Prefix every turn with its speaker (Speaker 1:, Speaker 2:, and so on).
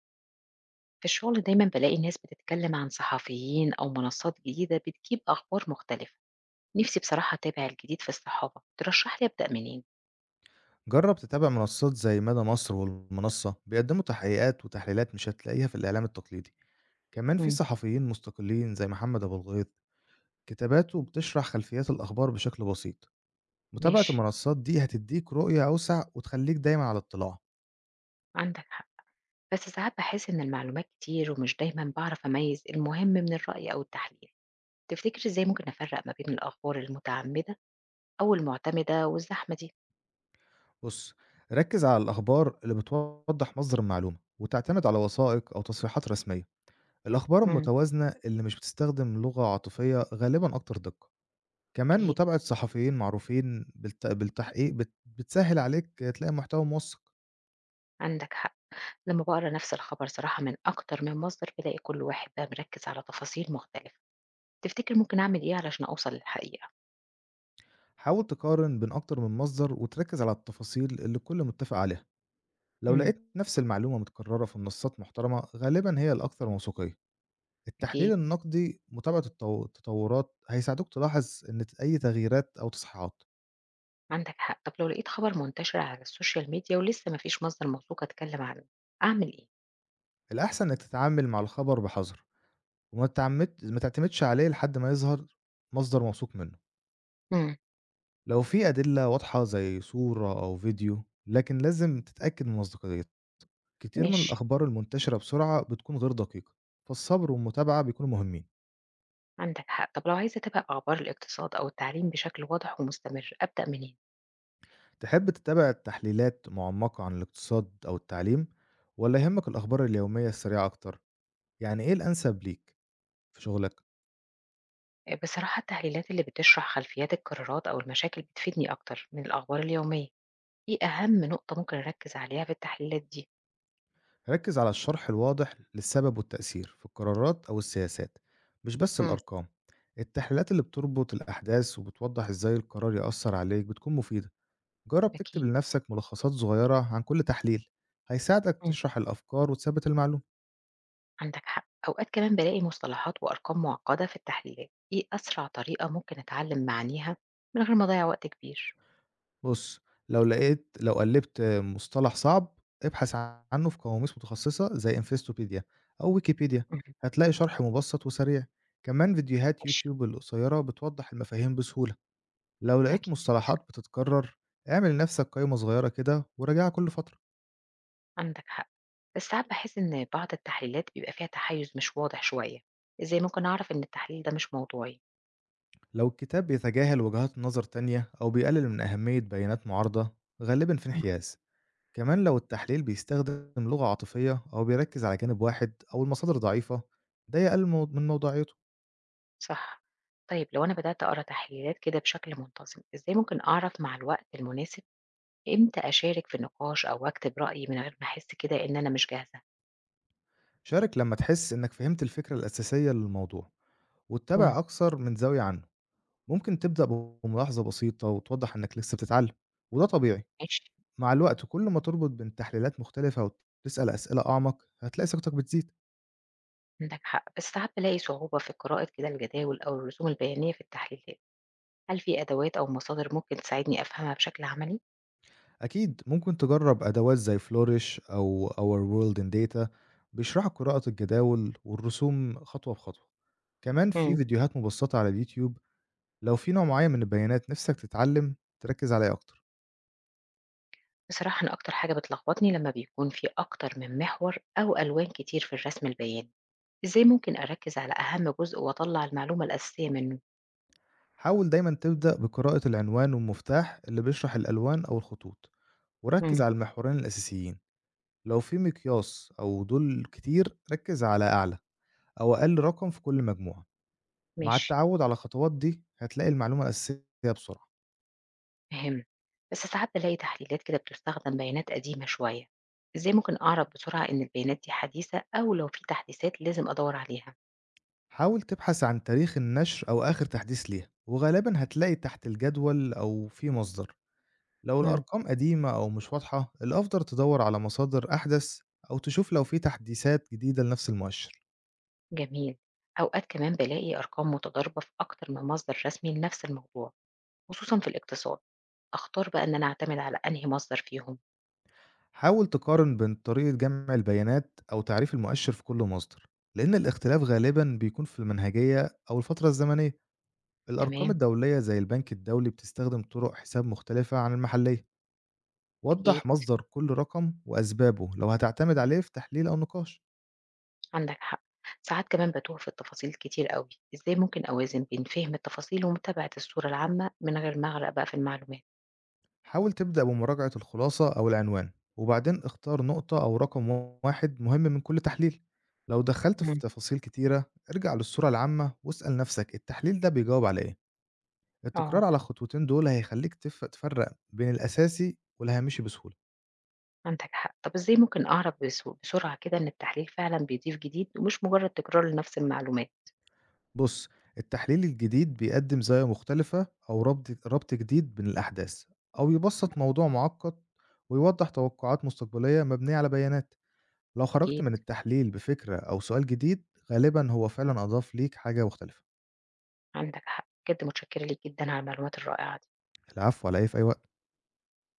Speaker 1: في الشغل دايما بلاقي ناس بتتكلم عن صحفيين أو منصات جديدة بتجيب أخبار مختلفة. نفسي بصراحة أتابع الجديد في الصحافة، ترشح لي أبدأ منين؟
Speaker 2: جرب تتابع منصات زي مدى مصر والمنصة بيقدموا تحقيقات وتحليلات مش هتلاقيها في الإعلام التقليدي. كمان في
Speaker 1: مم.
Speaker 2: صحفيين مستقلين زي محمد أبو الغيط، كتاباته بتشرح خلفيات الأخبار بشكل بسيط. متابعة
Speaker 1: ماشي،
Speaker 2: المنصات دي هتديك رؤية أوسع وتخليك دايما على اطلاع.
Speaker 1: عندك حق، بس ساعات بحس إن المعلومات كتير ومش دايما بعرف أميز المهم من الرأي أو التحليل. تفتكر إزاي ممكن أفرق ما بين الأخبار المتعمدة أو المعتمدة والزحمة دي؟
Speaker 2: بص، ركز على الأخبار اللي بتوضح مصدر المعلومة وتعتمد على وثائق أو تصريحات رسمية. الأخبار
Speaker 1: مم.
Speaker 2: المتوازنة اللي مش بتستخدم لغة عاطفية غالبا أكتر دقة. كمان
Speaker 1: أكيد،
Speaker 2: متابعة صحفيين معروفين بالتحقيق بتسهل عليك تلاقي محتوى موثق.
Speaker 1: عندك حق. لما بقرا نفس الخبر صراحة من أكتر من مصدر بلاقي كل واحد بقى مركز على تفاصيل مختلفة. تفتكر ممكن أعمل إيه علشان أوصل للحقيقة؟
Speaker 2: حاول تقارن بين أكتر من مصدر وتركز على التفاصيل اللي الكل متفق عليها. لو
Speaker 1: إمم،
Speaker 2: لقيت نفس المعلومة متكررة في منصات محترمة غالبا هي الأكثر موثوقية. التحليل
Speaker 1: أكيد،
Speaker 2: النقدي متابعة التطورات هيساعدوك تلاحظ إن أي تغييرات أو تصحيحات.
Speaker 1: عندك حق. طب لو لقيت خبر منتشر على السوشيال ميديا ولسه ما فيش مصدر موثوق أتكلم عنه، أعمل إيه؟
Speaker 2: الأحسن إنك تتعامل مع الخبر بحذر، ما تعتمدش عليه لحد ما يظهر مصدر موثوق منه.
Speaker 1: إمم.
Speaker 2: لو في أدلة واضحة زي صورة أو فيديو، لكن لازم تتأكد من مصداقيتها. كتير من
Speaker 1: ماشي،
Speaker 2: الأخبار المنتشرة بسرعة بتكون غير دقيقة، فالصبر والمتابعة بيكونوا مهمين.
Speaker 1: عندك حق. طب لو عايزة أتابع أخبار الاقتصاد أو التعليم بشكل واضح ومستمر، أبدأ منين؟
Speaker 2: تحب تتابع تحليلات معمقة عن الاقتصاد أو التعليم، ولا يهمك الأخبار اليومية السريعة أكتر؟ يعني إيه الأنسب ليك في شغلك؟
Speaker 1: بصراحة التحليلات اللي بتشرح خلفيات القرارات أو المشاكل بتفيدني أكتر من الأخبار اليومية. إيه أهم نقطة ممكن أركز عليها في التحليلات دي؟
Speaker 2: ركز على الشرح الواضح للسبب والتأثير في القرارات أو السياسات، مش بس
Speaker 1: إمم.
Speaker 2: الأرقام. التحليلات اللي بتربط الأحداث وبتوضح إزاي القرار يأثر عليك بتكون مفيدة. جرب تكتب
Speaker 1: أكيد.
Speaker 2: لنفسك ملخصات صغيرة عن كل تحليل، هيساعدك
Speaker 1: إمم.
Speaker 2: تشرح الأفكار وتثبت المعلومة.
Speaker 1: عندك حق، أوقات كمان بلاقي مصطلحات وأرقام معقدة في التحليلات. إيه أسرع طريقة ممكن أتعلم معانيها من غير ما أضيع وقت كبير؟
Speaker 2: بص، لو لقيت لو قلبت مصطلح صعب، ابحث عنه في قواميس متخصصة زي انفستوبيديا أو ويكيبيديا،
Speaker 1: مم.
Speaker 2: هتلاقي شرح مبسط وسريع. كمان فيديوهات
Speaker 1: ماشي.
Speaker 2: يوتيوب القصيرة بتوضح المفاهيم بسهولة. لو لقيت
Speaker 1: أكيد،
Speaker 2: مصطلحات بتتكرر، اعمل لنفسك قائمة صغيرة كده وراجعها كل فترة.
Speaker 1: عندك حق، بس ساعات بحس إن بعض التحليلات بيبقى فيها تحيز مش واضح شوية. إزاي ممكن أعرف إن التحليل ده مش موضوعي؟
Speaker 2: لو الكتاب بيتجاهل وجهات نظر تانية أو بيقلل من أهمية بيانات معارضة، غالبا في
Speaker 1: مم.
Speaker 2: انحياز. كمان لو التحليل بيستخدم لغة عاطفية أو بيركز على جانب واحد أو المصادر ضعيفة، ده من موضوعيته.
Speaker 1: صح. طيب لو أنا بدأت أقرأ تحليلات كده بشكل منتظم، إزاي ممكن أعرف مع الوقت المناسب إمتى أشارك في النقاش أو أكتب رأيي من غير ما أحس كده إن أنا مش جاهزة؟
Speaker 2: شارك لما تحس إنك فهمت الفكرة الأساسية للموضوع
Speaker 1: مم.
Speaker 2: واتبع أكثر من زاوية عنه. ممكن تبدأ بملاحظة بسيطة وتوضح إنك لسه بتتعلم، وده طبيعي.
Speaker 1: ماشي.
Speaker 2: مع الوقت كل ما تربط بين تحليلات مختلفة وتسأل أسئلة أعمق هتلاقي ثقتك بتزيد.
Speaker 1: عندك حق، بس ساعات بلاقي صعوبة في قراءة كده الجداول أو الرسوم البيانية في التحليلات. هل في أدوات أو مصادر ممكن تساعدني أفهمها بشكل عملي؟
Speaker 2: أكيد ممكن تجرب أدوات زي Flourish أو Our World in Data، بيشرحوا قراءة الجداول والرسوم خطوة بخطوة. كمان في
Speaker 1: مم.
Speaker 2: فيديوهات مبسطة على اليوتيوب. لو في نوع معين من البيانات نفسك تتعلم تركز عليه أكتر.
Speaker 1: بصراحة أنا أكتر حاجة بتلخبطني لما بيكون في أكتر من محور أو ألوان كتير في الرسم البياني. إزاي ممكن أركز على أهم جزء وأطلع المعلومة الأساسية منه؟
Speaker 2: حاول دايما تبدأ بقراءة العنوان والمفتاح اللي بيشرح الألوان أو الخطوط، وركز
Speaker 1: مم.
Speaker 2: على المحورين الأساسيين. لو في مقياس أو دول كتير ركز على أعلى أو أقل رقم في كل مجموعة. مع
Speaker 1: ماشي.
Speaker 2: التعود على الخطوات دي هتلاقي المعلومة الأساسية بسرعة.
Speaker 1: فهمت، بس ساعات بلاقي تحليلات كده بتستخدم بيانات قديمة شوية. إزاي ممكن أعرف بسرعة إن البيانات دي حديثة أو لو في تحديثات لازم أدور عليها؟
Speaker 2: حاول تبحث عن تاريخ النشر أو آخر تحديث ليها، وغالبا هتلاقي تحت الجدول أو في مصدر. لو
Speaker 1: مم.
Speaker 2: الأرقام قديمة أو مش واضحة الأفضل تدور على مصادر أحدث، أو تشوف لو في تحديثات جديدة لنفس المؤشر.
Speaker 1: جميل. أوقات كمان بلاقي أرقام متضاربة في أكتر من مصدر رسمي لنفس الموضوع، خصوصا في الاقتصاد. أختار بقى إن أنا أعتمد على أنهي مصدر فيهم؟
Speaker 2: حاول تقارن بين طريقة جمع البيانات أو تعريف المؤشر في كل مصدر، لأن الاختلاف غالبا بيكون في المنهجية أو الفترة الزمنية. الأرقام
Speaker 1: تمام.
Speaker 2: الدولية زي البنك الدولي بتستخدم طرق حساب مختلفة عن المحلية.
Speaker 1: أكيد،
Speaker 2: وضح مصدر كل رقم وأسبابه لو هتعتمد عليه في تحليل أو نقاش.
Speaker 1: عندك حق. ساعات كمان بتوه في التفاصيل كتير قوي. إزاي ممكن أوازن بين فهم التفاصيل ومتابعة الصورة العامة من غير ما أغرق بقى في المعلومات؟
Speaker 2: حاول تبدأ بمراجعة الخلاصة أو العنوان وبعدين اختار نقطة أو رقم واحد مهم من كل تحليل. لو دخلت في
Speaker 1: مم.
Speaker 2: تفاصيل كتيرة ارجع للصورة العامة واسأل نفسك التحليل ده بيجاوب على إيه. التكرار
Speaker 1: آه،
Speaker 2: على الخطوتين دول هيخليك تفرق بين الأساسي والهامشي بسهولة.
Speaker 1: عندك حق. طب إزاي ممكن أعرف بسرعة كده إن التحليل فعلا بيضيف جديد ومش مجرد تكرار لنفس المعلومات؟
Speaker 2: بص، التحليل الجديد بيقدم زاوية مختلفة أو ربط جديد بين الأحداث، أو يبسط موضوع معقد ويوضح توقعات مستقبلية مبنية على بيانات. لو خرجت
Speaker 1: أكيد،
Speaker 2: من التحليل بفكرة أو سؤال جديد، غالبًا هو فعلًا أضاف ليك حاجة مختلفة.
Speaker 1: عندك حق بجد، متشكرة ليك جدا على المعلومات الرائعة دي.
Speaker 2: العفو على إيه، في أي وقت.